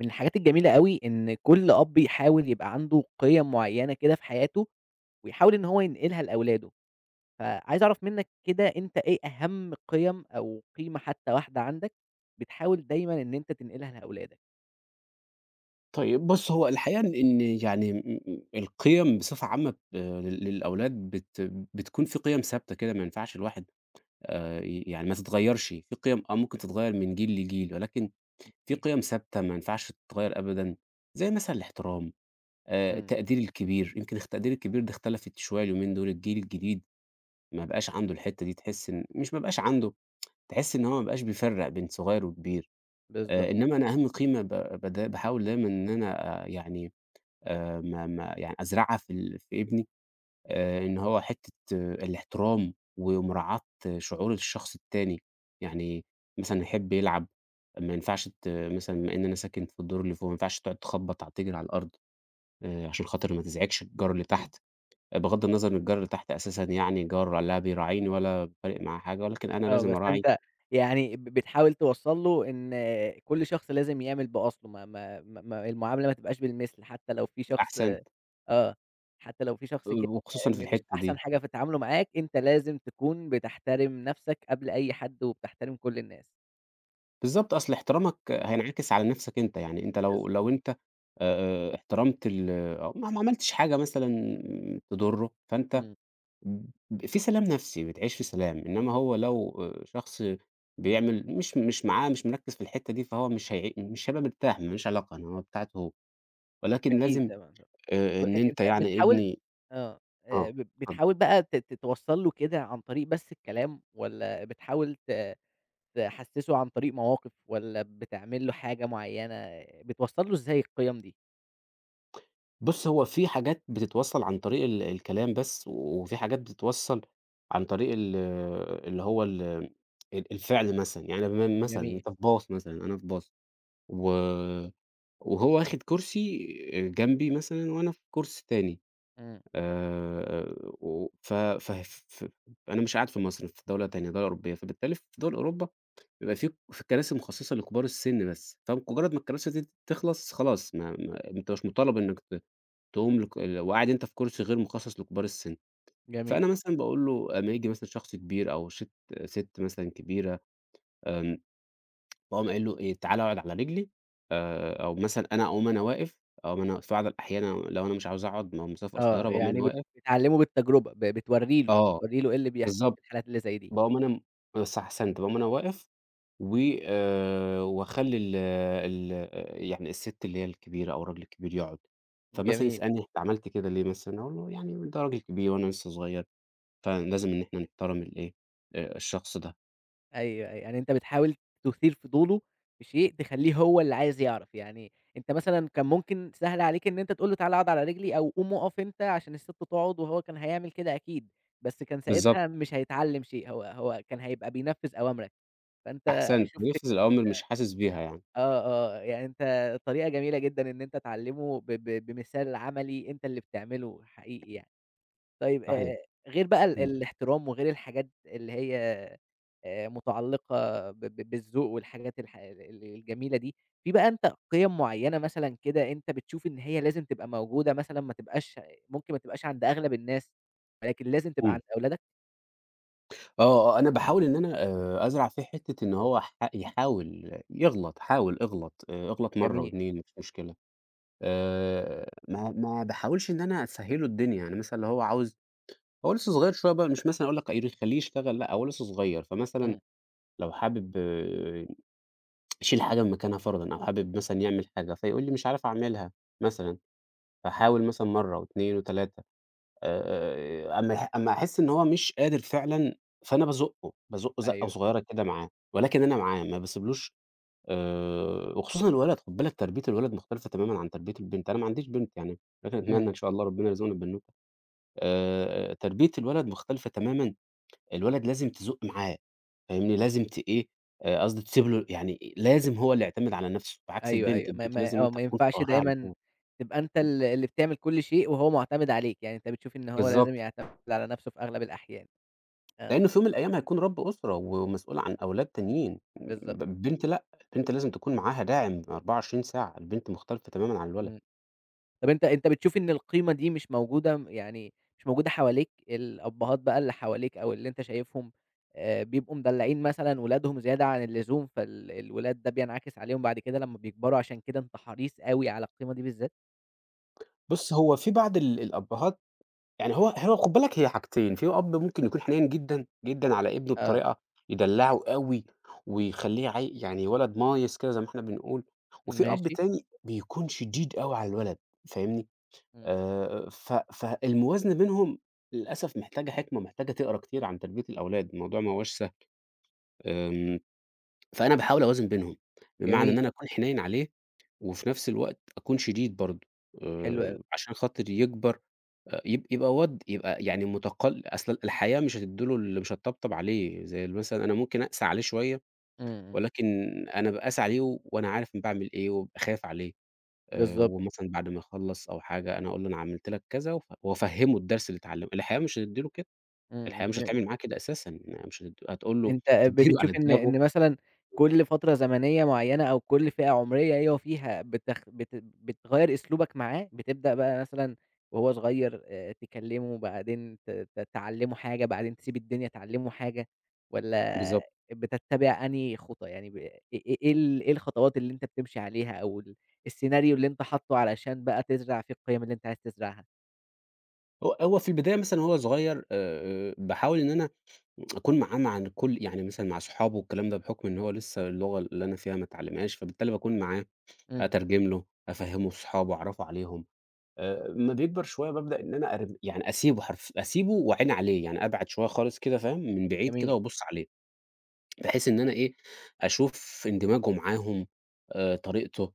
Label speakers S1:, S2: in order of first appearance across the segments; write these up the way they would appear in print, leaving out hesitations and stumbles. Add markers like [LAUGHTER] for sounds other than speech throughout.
S1: من الحاجات الجميلة أوي إن كل أب يحاول يبقى عنده قِيَم معيّنة كده في حياته، ويحاول إن هو ينقلها لأولاده، فعايز أعرف منّك كده أنت إيه أهم قِيَم أو قيمة حتى واحدة عندك، بتحاول دايمًا إن أنت تنقلها لأولادك؟
S2: طيب بُص، هو الحقيقة إن يعني م م القِيَم بصفة عامة ب لل للأولاد بتكون في قِيَم ثابتة كده ما ينفعش الواحد ي يعني ما تتغيّرش، في قِيَم آه ممكن تتغيّر من جيل لجيل، ولكن في
S1: إيه؟
S2: قِيَم ثابتة ما ينفعش تتغيّر أبدًا، زي مثلًا الاحترام،
S1: إمم.
S2: التقدير الكبير، يمكن التقدير الكبير ده اختلفت شوية اليومين دول، الجيل الجديد ما بقاش عنده الحتّة دي، تحس إن مش ما بقاش عنده، تحس إن هو ما بقاش بيفرّق بين صغير وكبير،
S1: بالضبط.
S2: إنما أنا أهم قيمة ب بد باحاول دايمًا إن أنا يعني ما ما يعني أزرعها في ابني إن هو آه، الاحترام ومراعاة شعور الشخص التاني، يعني مثلًا يحب يلعب ما ينفعش مثلًا بما إن أنا ساكن في الدور اللي فوق ما ينفعش تقعد تخبّط تجري على الأرض عشان خاطر ما تزعجش الجار اللي تحت، آه، بغض النظر إن الجار اللي تحت أساسًا يعني جار لا بيراعيني ولا فارق معاه حاجة، ولكن أنا
S1: آه،
S2: لازم
S1: بس
S2: أراعي
S1: أنت يعني بتحاول توصّل له إن كل شخص لازم يعمل بأصله، ما المعاملة ما تبقاش بالمِثل، حتى لو في شخص
S2: أحسن
S1: آه، كده
S2: وخصوصًا في
S1: مش
S2: الحتّة
S1: أحسن
S2: دي.
S1: حاجة في تعامله معاك، أنت لازم تكون بتحترم نفسك قبل أي حد وبتحترم كل الناس.
S2: بالضبط، أصل احترامك هينعكس على نَفْسك أنت، يعني أنت لو
S1: بالضبط.
S2: لو أنت احترمت أو ما عملتش حاجة مثلًا تضُرّه، فأنت
S1: إمم.
S2: في سلام نَفْسي، بتعيش في سلام، إنما هو لو شخص بيعمل مش معاه مش مركِّز في الحتّة دي، فهو مش هيبقى مرتاح، ما لوش علاقة، هو بتاعته هو، ولكن
S1: أكيد
S2: لازم
S1: طبعًا. طب
S2: إن
S1: أ
S2: أنت
S1: أنت
S2: يعني
S1: بتحاول
S2: ابني
S1: آه،
S2: آه،
S1: ب
S2: اتفضل.
S1: بتحاول بقى ت ت توصّل له كده عن طريق بس الكلام والّا بتحاول تحسّسه عن طريق مواقف، والّا بتعمل له حاجة معيّنة، بتوصّل له إزاي القيم دي؟
S2: بُص، هو في حاجات بتتوصّل عن طريق الكلام بس، وفي حاجات بتتوصّل عن طريق ال اللي هو ال ال الفعل مثلًا، يعني مثلًا
S1: جميل.
S2: أنت في باص مثلًا، أنا في باص و وهو واخد كرسي جنبي مثلًا وأنا في كرسي تاني
S1: إمم.
S2: آآ، و ف ف ف أنا مش قاعد في مصر، في دولة تانية، دولة أوروبية، فبالتالي في دول أوروبا بيبقى في كراسي مخصّصة لكبار السن بس، فمجرّد ما الكراسي دي تخلص خلاص ما ما أنت مش مطالب إنك تقوم لك وقاعد أنت في كرسي غير مخصص لكبار السن،
S1: جميل.
S2: فأنا مثلًا باقول له أمّا ييجي مثلًا شخص كبير أو سِت مثلًا كبيرة آمم، باقوم قايل له إيه تعالَ اقعد على رجلي أو مثلًا أنا أقوم أنا واقف أقوم أنا في بعض الأحيان لو أنا مش عاوز أقعد ما هو مسافة
S1: آه،
S2: قصيرة باقوم
S1: يعني
S2: أنا
S1: ب
S2: واقف
S1: بتعلّمه بالتجربة، ب بتورّي له،
S2: آه،
S1: بتورّي له إيه اللي بيحصل في
S2: بالضبط
S1: الحالات اللي زي دي.
S2: باقوم أنا صح أحسنت باقوم أنا واقف و واخلّي ال ال يعني السِت اللي هي الكبيرة أو الراجل الكبير يقعد، فمثلًا
S1: جميل.
S2: يسألني أنت عملت كده ليه مثلًا؟ أقول له يعني ده راجل كبير وأنا لسه صغير. فلازم إن إحنا نحترم الإيه، الشخص ده.
S1: أيوه، أيوه. يعني أنت بتحاول تثير فضوله في شيء تخلّيه هو اللي عايز يعرف. يعني أنت مثلًا كان ممكن سهل عليك إن أنت تقول له تعالَ اقعد على رجلي، أو قوم اقف أنت عشان الست تقعد، وهو كان هيعمل كده أكيد، بس كان
S2: بالضبط،
S1: ساعتها مش هيتعلّم شيء، هو كان هيبقى بينفّذ أوامرك. فأنت
S2: أحسنت،
S1: شُفت
S2: بينفذ الأوامر مش حاسس بيها يعني،
S1: آه، آه. يعني أنت طريقة جميلة جدًا إن أنت تعلّمه ب ب بمثال عملي أنت اللي بتعمله حقيقي يعني. طيب،
S2: صحيح.
S1: غير بقى ال
S2: إمم،
S1: الاحترام وغير الحاجات اللي هي متعلقة ب ب بالذوق والحاجات الح ال الجميلة دي، في بقى أنت قِيَم معيّنة مثلًا كده أنت بتشوف إن هي لازم تبقى موجودة، مثلًا ما تبقاش ممكن ما تبقاش عند أغلب الناس، ولكن لازم تبقى
S2: إمم.
S1: عند أولادك؟
S2: آه، آه، أنا باحاول إن أنا أزرع فيه حتّة إن هو يحاول يغلط، حاول اغلط، اغلط مرّة
S1: جميل.
S2: و2 مش مشكلة. ما ما باحاولش إن أنا أسهّل له الدنيا، يعني مثلًا لو هو عاوز هو لسه صغير شوية بقى، مش مثلًا أقول لك أي خلّيه يشتغل لأ، هو لسه صغير، فمثلًا
S1: إمم.
S2: لو حابب يشيل حاجة من مكانها فرضًا أو حابب مثلًا يعمل حاجة، فيقول لي مش عارف أعملها مثلًا، هاحاول مثلًا مرّة و2 و3 أمّا أحس إن هو مش قادر فعلًا، فأنا بازُقّه، بازُقّه زَقّة
S1: أيوه.
S2: صغيرة كده معاه، ولكن أنا معاه ما باسيبلوش وخصوصًا الولد خُد بالك تربية الولد مختلفة تمامًا عن تربية البنت، أنا ما عنديش بنت يعني، لكن
S1: إمم.
S2: أتمنى إن شاء الله ربنا يرزقنا ببنوتة، تربية الولد مختلفة تمامًا، الولد لازم تزُق معاه فاهمني، لازم إيه، قصدي تسيب له يعني لازم هو اللي يعتمد على نَفْسه، بعكس
S1: أيوه،
S2: البنت،
S1: أيوه،
S2: البنت لازم أنت
S1: ما
S2: تكون في
S1: ينفعش
S2: ضهرها على
S1: دايمًا
S2: طول.
S1: تبقى أنت اللي بتعمل كل شيء وهو مُعتمد عليك، يعني أنت بتشوف إن هو لازم
S2: بالضبط.
S1: يعتمد على نَفْسه في أغلب الأحيان. آه.
S2: لإنه في يوم من الأيام هيكون رب أسرة ومسؤول عن أولاد تانيين،
S1: بالضبط.
S2: البنت لأ، البنت لازم تكون معاها داعم 24 ساعة، البنت مختلفة تمامًا عن الولد.
S1: إمم. طب أنت بتشوف إن القيمة دي مش موجودة م يعني مش موجودة حواليك، الأبهات بقى اللي حواليك أو اللي أنت شايفهم بيبقوا مدلّعين مثلًا ولادهم زيادة عن اللزوم، الولاد ده بينعكس عليهم بعد كده لمّا بيكبروا، عشان كده أنت حريص أوي على القيمة دي بالذات؟
S2: بُص، هو في بعض الأبهات يعني هو خُد بالك هي حاجتين، في أب ممكن يكون حنين جدًا، جدًا على ابنه
S1: آه.
S2: بطريقة يدلّعه أوي ويخلّيه يعني ولد مايس كده زي ما إحنا بنقول، وفي أب
S1: ماشي.
S2: تاني بيكون شديد أوي على الولد، فاهمني؟
S1: إمم.
S2: ف فالموازنة بينهم للأسف محتاجة حِكمة، محتاجة تقرا كتير عن تربية الأولاد، الموضوع ما هواش آمم، فأنا باحاول أوازن بينهم، بمعنى
S1: جميل.
S2: إن أنا أكون حنين عليه، وفي نفس الوقت أكون شديد برضه،
S1: حلو أوي.
S2: عشان خاطر يكبر يب يبقى واد يبقى يعني متقل أصل الحياة مش هتدّي له مش هتطبطب عليه، زي مثلًا أنا ممكن أقسى عليه شوية،
S1: إمم. إمم.
S2: ولكن أنا بأقاسى عليه و- وأنا عارف أنا باعمل إيه، وبابقى خايف عليه،
S1: بالضبط.
S2: ومثلًا بعد ما يخلّص أو حاجة أنا أقول له أنا عملت لك كذا، وأفهّمه الدرس اللي اتعلمه، الحياة مش هتدّي له كده،
S1: إمم.
S2: الحياة
S1: إمم.
S2: مش هتعمل معاه كده أساسًا، يعني مش هتقول له
S1: أنت ب
S2: تدّي له
S1: بتشوف
S2: على
S1: إن
S2: دماغه،
S1: مثلًا كل فترة زمنية معيّنة أو كل فئة عمرية هي وفيها بتخ بت بتغيّر أسلوبك معاه، بتبدأ بقى مثلًا وهو صغير تكلّمه، بعدين ت ت تعلّمه حاجة، بعدين تسيب الدنيا تعلّمه حاجة، والّا
S2: بالضبط.
S1: بتتّبع أنهي خطى، يعني ب إيه إيه إيه ال إيه الخطوات اللي أنت بتمشي عليها، أو السيناريو اللي أنت حاطّه علشان بقى تزرع فيه القيم اللي أنت عايز تزرعها؟
S2: هو في البداية مثلًا وهو صغير باحاول إن أنا أكون معاه مع الكل يعني مثلًا مع صحابه والكلام ده، بحكم إن هو لسه اللغة اللي أنا فيها ما اتعلمهاش، فبالتالي باكون معاه،
S1: إمم.
S2: أترجم له، أفهمه صحابه، أعرّفه عليهم. أمّا بيكبر شوية بابدأ إن أنا يعني أسيبه حرف أسيبه وأعين عليه، يعني أبعد شوية خالص كده فاهم، من بعيد كده
S1: جميل.
S2: وأبُص عليه. بحيث إن أنا إيه، أشوف اندماجه معاهم، طريقته،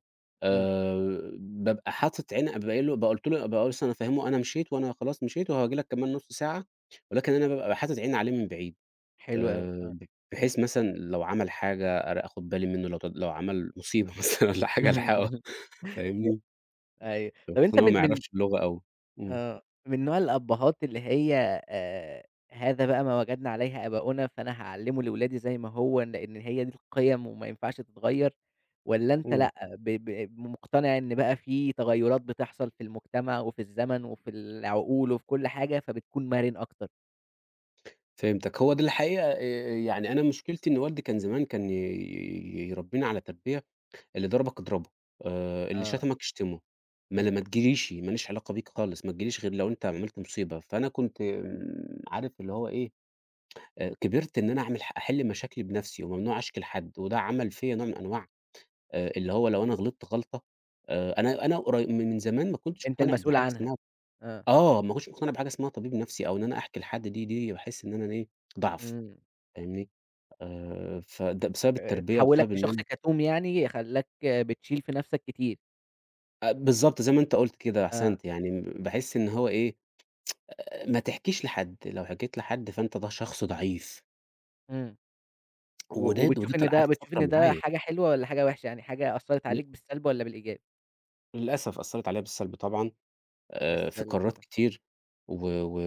S1: إمم.
S2: بابقى حاطط عيني بابقى قايل له بابقى قُلت له بابقى لسه أنا فاهمه أنا مشيت وأنا خلاص مشيت وهاجي لك كمان نُص ساعة، ولكن أنا بابقى حاطط عيني عليه من بعيد،
S1: حلو أوي. آه.
S2: ب بحيث مثلًا لو عمل حاجة آخد بالي منه، لو لو عمل مصيبة [LAUGHS] مثلًا والّا حاجة ألحقه
S1: [LAUGHS]
S2: فاهمني؟
S1: أيوه. طب
S2: خصوصًا
S1: أنت
S2: إن هو ما يعرفش اللغة أوي. إمم،
S1: آه، من نوع الأبّهات اللي هي، آآ، هذا بقى ما وجدنا عليه آباؤنا، فأنا هاعلّمه لولادي زي ما هو، لإن هي دي القِيَم وما ينفعش تتغيّر، والّا أنت
S2: إمم،
S1: لأ، ب ب مقتنع إن بقى في تغيُّرات بتحصل في المجتمع وفي الزمن وفي العقول وفي كل حاجة، فبتكون مرِن أكتر؟
S2: فهمتك. هو دي الحقيقة يعني أنا مشكلتي إن والدي كان زمان كان ي ي يربينا على تربية اللي ضربك اضربه، اللي
S1: آه.
S2: شتمك اشتمه،
S1: إمم.
S2: ما تجيليش، ما ليش علاقة بيك خالص، ما تجيليش غير لو أنت عملت مصيبة، فأنا كنت عارف اللي هو إيه، كبرت إن أنا أعمل أحل مشاكلي بنفسي وممنوع أشكي لحد، وده عمل فيّا نوع من أنواع اللي هو لو أنا غلطت غلطة أنا أنا من زمان ما كنتش
S1: أنت
S2: مقتنع
S1: المسؤول
S2: بحاجة
S1: عنها.
S2: اسمها
S1: آه.
S2: آه، ما كنتش مقتنع بحاجة اسمها طبيب نفسي أو إن أنا أحكي لحد دي باحس إن أنا إيه، ضعف
S1: إمم.
S2: فاهمني، فده بسبب التربية
S1: حوّلك
S2: وبسبب إن
S1: لشخص
S2: أنا
S1: كتوم يعني، خلّاك بتشيل في نَفْسك كتير.
S2: بالضبط زي ما أنت قُلت كده،
S1: آه.
S2: أحسنت. يعني باحس إن هو إيه، ما تحكيش لحد، لو حكيت لحد فأنت ده شخص ضعيف.
S1: إمم. و
S2: وده
S1: وبتشوف إن ده،
S2: قعدت فترة معايا.
S1: حاجة حلوة والّا حاجة وحشة، يعني حاجة أثّرت
S2: ل
S1: عليك بالسلب والّا بالإيجاب؟
S2: للأسف أثّرت عليّا بالسلب طبعًا، في
S1: بالسلب.
S2: قرارات كتير و و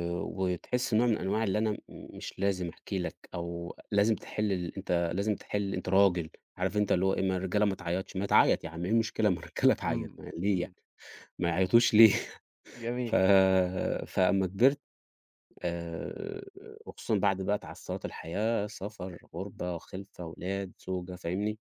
S2: وتحس نوع من أنواع اللي أنا مش لازم أحكي لك أو لازم تحِل أنت لازم تحِل أنت راجل، عارف أنت اللي هو إيه، ما الرجالة ما تعيّطش، ما تعيّط يا عم، إيه المشكلة ما الرجالة تعيّط،
S1: إمم.
S2: ما ليه يعني،
S1: إمم.
S2: ما يعيّطوش ليه؟ [LAUGHS]
S1: جميل.
S2: ف فأمّا كبرت آآ وخصوصًا بعد بقى تعثّرات الحياة، سفر، غُربة، خِلفة، ولاد، زوجة، فاهمني؟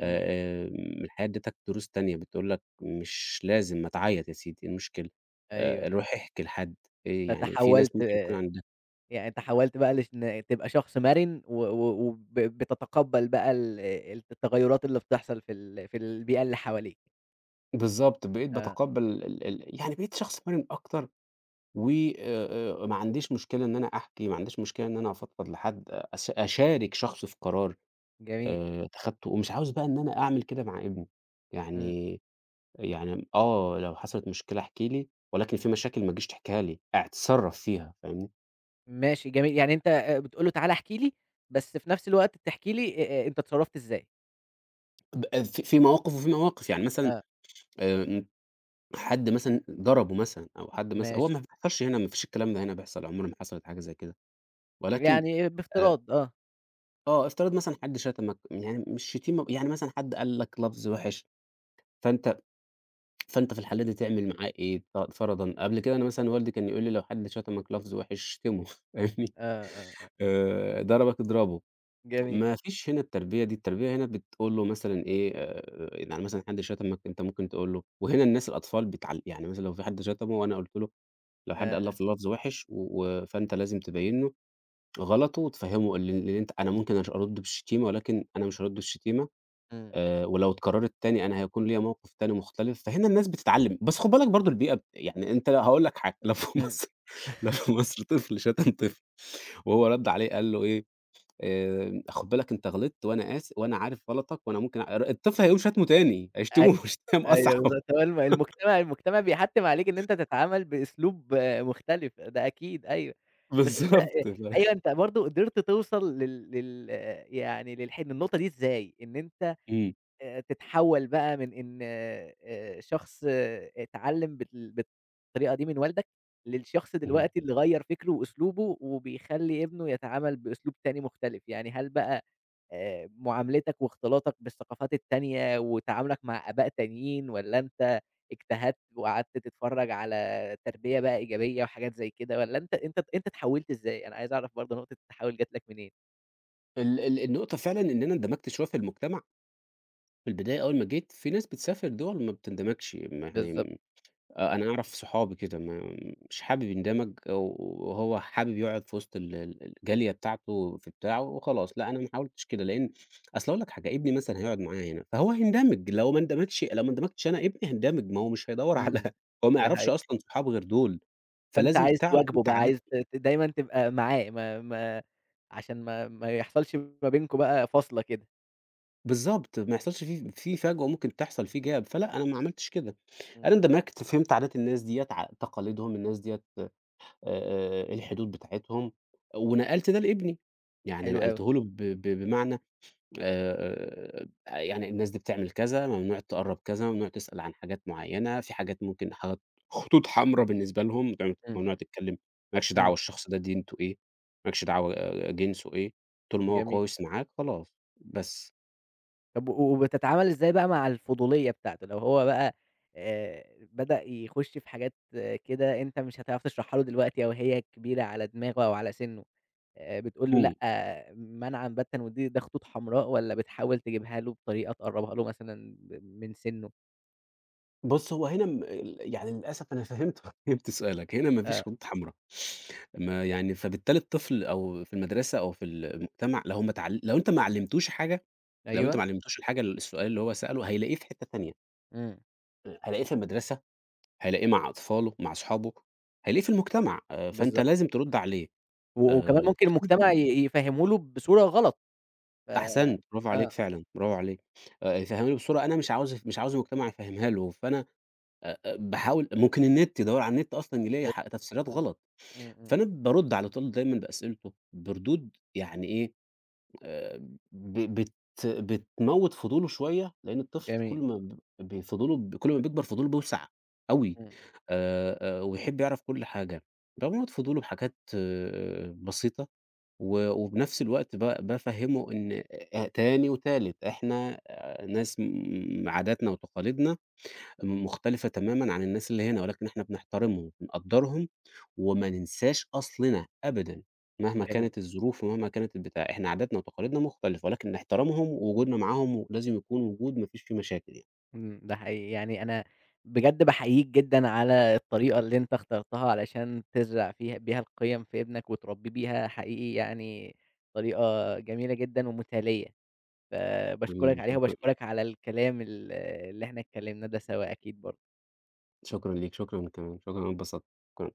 S1: إمم.
S2: آمم الحياة ادّتك دروس تانية بتقول لك مش لازم ما تعيّط يا سيدي، إيه المشكلة؟
S1: أيوه، أيوه،
S2: روح احكي لحد، إيه يعني في ناس
S1: فتحوّلت
S2: ممكن يكون عندها
S1: يعني تحوّلت بقى لش ن تبقى شخص مرِن، و و وب بتتقبّل بقى ال الت التغيُّرات اللي بتحصل في البيئة اللي حواليك.
S2: بالضبط، بقيت
S1: آه.
S2: باتقبّل ال ال يعني بقيت شخص مرِن أكتر و ما عنديش مشكلة إن أنا أحكي، ما عنديش مشكلة إن أنا أفضفض لحد، أشارك شخص في قرار
S1: جميل.
S2: اتخدته ومش عاوز بقى إن أنا أعمل كده مع ابني،
S1: إمم.
S2: يعني يعني آه، لو حصلت مشكلة احكِ لي، ولكن في مشاكل ما تجيش تحكيها لي، أتصرّف فيها فاهمني؟
S1: ماشي، جميل، يعني أنت بتقول له تعالَ احكِ لي، بس في نفس الوقت بتحكي لي أنت اتصرّفت إزاي.
S2: آه، في مواقف وفي مواقف، يعني مثلًا
S1: آه.
S2: آآ، حد مثلًا ضربه مثلًا أو حد مثلًا هو
S1: ماشي،
S2: ما بيحصلش هنا، ما فيش الكلام ده هنا بيحصل، عمر ما حصلت حاجة زي كده، ولكن
S1: يعني
S2: آآ،
S1: بافتراض، آه،
S2: آه افترض مثلًا حد شتمك، يعني مش شتيمة يعني مثلًا حد قال لك لفظ وِحِش، فأنت فأنت في الحالة دي تعمل معاه إيه فرضًا؟ قبل كده أنا مثلًا والدي كان يقول لي: "لو حد شتمك لفظ وِحِش شتمه." [LAUGHS] فاهمني؟
S1: آه، آه، آه،
S2: ضربك اضربه.
S1: جميل.
S2: ما فيش هنا التربية دي، التربية هنا بتقول له مثلًا إيه، يعني مثلًا حد شتمك أنت ممكن تقول له وهنا الناس الأطفال يعني مثلًا لو في حد شتمه وأنا قُلت له لو حد قال
S1: آآ
S2: لفظ وِحِش و فأنت لازم تبيّن له غلطه وتفهّمه اللي أنت أنا ممكن أرُد بالشتيمة ولكن أنا مش هارُد بالشتيمة
S1: إمم.
S2: ولو اتكرّرت تاني أنا هيكون ليّا موقِف تاني مختلف، فهنا الناس بتتعلّم، بس خُد بالك برضه البيئة بت... يعني أنت هاقول لك حاجة، [LAUGHS] لو في
S1: إمم.
S2: مصر [LAUGHS] لو في مصر طفل شتم طفل وهو رَد عليه قال له إيه خُد بالك أنت غلطت وأنا آس وأنا عارف غلطك وأنا ممكن الطفل هيقوم شاتمه تاني،
S1: أيوه،
S2: هيشتمه [LAUGHS] شتايم
S1: أيوه
S2: أصعب.
S1: بالضبط، هو المجتمع بيحتّم عليك إن أنت تتعامل بأسلوب مختلف، ده أكيد، أيوه، بس أنت أ
S2: بالضبط، لا
S1: أيوه أنت برضه قدرت توصل لل لل يعني للح للنقطة دي إزاي؟ إن أنت
S2: إمم،
S1: تتحوّل بقى من إن، شخص اتعلّم بالطريقة دي من والدك، للشخص
S2: اهم.
S1: دلوقتي اللي غيّر فكره وأسلوبه وبيخلّي ابنه يتعامل بأسلوب تاني مختلف، يعني هل بقى معاملتك واختلاطك بالثقافات التانية وتعاملك مع آباء تانيين، والّا أنت اجتهدت وقعدت تتفرّج على تربية بقى إيجابية وحاجات زي كده، والّا أنت اتحوّلت إزاي؟ أنا عايز أعرف برضه نقطة التحوّل جات لك منين؟
S2: ال ال النقطة فعلًا إن أنا اندمجت شوية في المجتمع، في البداية أول ما جيت، في ناس بتسافر دول ما بتندمجش، ما
S1: بالضبط.
S2: يعني آه، أنا أعرف صحابي كده ما مش حابب يندمج وهو حابب يقعد في وسط ال ال الجالية بتاعته في بتاعه وخلاص، لأ أنا ما حاولتش كده لإن أصل هاقول لك حاجة، ابني مثلًا هيقعد معايا هنا فهو هيندمج لو ما اندمجش لو ما اندمجتش أنا ابني هيندمج ما هو مش هيدوّر على
S1: إمم.
S2: [LAUGHS] هو ما
S1: ده
S2: يعرفش
S1: حقيقي.
S2: أصلًا صحاب غير دول،
S1: فأنت
S2: فلازم
S1: عايز
S2: تعرف
S1: تواكبه
S2: أنت
S1: بقى، عايز
S2: عاداتك
S1: ت ت دايمًا تبقى معاه، ما ما عشان ما يحصلش ما بينكم بقى فاصلة كده.
S2: بالضبط، ما يحصلش في فجوة ممكن تحصل في gap فلأ أنا ما عملتش كده،
S1: إمم.
S2: أنا اندمجت فهمت عادات الناس ديّة، تقاليدهم، الناس ديّة إيه الحدود بتاعتهم، ونقلت ده لابني، يعني
S1: حلو أوي.
S2: نقلته له ب ب بمعنى يعني الناس دي بتعمل كذا، ممنوع تقرّب كذا، ممنوع تسأل عن حاجات معيّنة، في حاجات ممكن حاجات خطوط حمرا بالنسبة لهم،
S1: إمم.
S2: ممنوع
S1: إمم.
S2: تتكلم، ما لكش دعوة
S1: إمم.
S2: الشخص ده دينته إيه، ما لكش دعوة آه، جنسه إيه، طول ما هو
S1: جميل.
S2: كويس معاك خلاص، بس.
S1: طب، و وبتتعامل إزاي بقى مع الفضولية بتاعته؟ لو هو بقى آآ بدأ يخش في حاجات كده أنت مش هتعرف تشرحها له دلوقتي، أو هي كبيرة على دماغه أو على سِنُّه، بتقول له
S2: إمم.
S1: لأ منعًا باتا، ودي خطوط حمراء، والّا بتحاول تجيبها له بطريقة تقرّبها له مثلًا من سِنُّه؟
S2: بُص، هو هنا م ال يعني للأسف أنا فهمت [LAUGHS] فهمت سؤالك، هنا ما
S1: آآ
S2: فيش خطوط حمرا، ما يعني فبالتالي الطفل أو في المدرسة أو في المجتمع لو ما اتعل لو أنت ما علّمتوش حاجة، لو أنت
S1: أيوه.
S2: ما علّمتوش الحاجة السؤال اللي هو سأله هيلاقيه في حتّة تانية،
S1: إمم.
S2: هيلاقيه في المدرسة، هيلاقيه مع أطفاله، مع أصحابه، هيلاقيه في المجتمع، فأنت
S1: بالضبط.
S2: لازم ترُد عليه،
S1: و وكمان
S2: آآ،
S1: ممكن المجتمع يفهّمه له بصورة غلط، ف
S2: أحسنت برافو
S1: آه،
S2: عليك فعلًا، برافو عليك، يفهمها له بصورة أنا مش عاوز المجتمع يفهمها له، فأنا أ أ باحاول ممكن النت يدوّر على النت أصلًا يلاقي
S1: ب
S2: تفسيرات
S1: آه،
S2: غلط،
S1: إمم. إمم.
S2: فأنا بارُد على طول دايمًا بأسئلته بردود يعني إيه، آآ ب بت بتموّت فضوله شوية، لإن الطفل
S1: جميل.
S2: كل ما بيكبر فضوله بيوسع أوي،
S1: إمم.
S2: ويحب يعرف كل حاجة، باموّت فضوله بحاجات آه، بسيطة وبنفس الوقت بافهّمه إن تاني وتالت إحنا آه، ناس عاداتنا وتقاليدنا مختلفة تمامًا عن الناس اللي هنا، ولكن إحنا بنحترمهم، بنقدّرهم، وما ننساش أصلنا أبدًا، مهما
S1: جميل.
S2: كانت الظروف ومهما كانت البتاع، إحنا عاداتنا وتقاليدنا مختلفة، ولكن نحترمهم، ووجودنا معاهم لازم يكون وجود ما فيش فيه مشاكل يعني.
S1: إمم. ده حقيقي، يعني أنا بجد باحييك جدًا على الطريقة اللي أنت اخترتها علشان تزرع بيها القيم في ابنك وتربيه بيها، حقيقي يعني طريقة جميلة جدًا ومثالية، فباشكرك
S2: حبيبي
S1: عليها
S2: شكرًا،
S1: وباشكرك على الكلام اللي إحنا اتكلمنا ده سوا أكيد برضه.
S2: شكرًا ليك، شكرًا كمان، شكرًا أنا اتبسطت، شكرًا.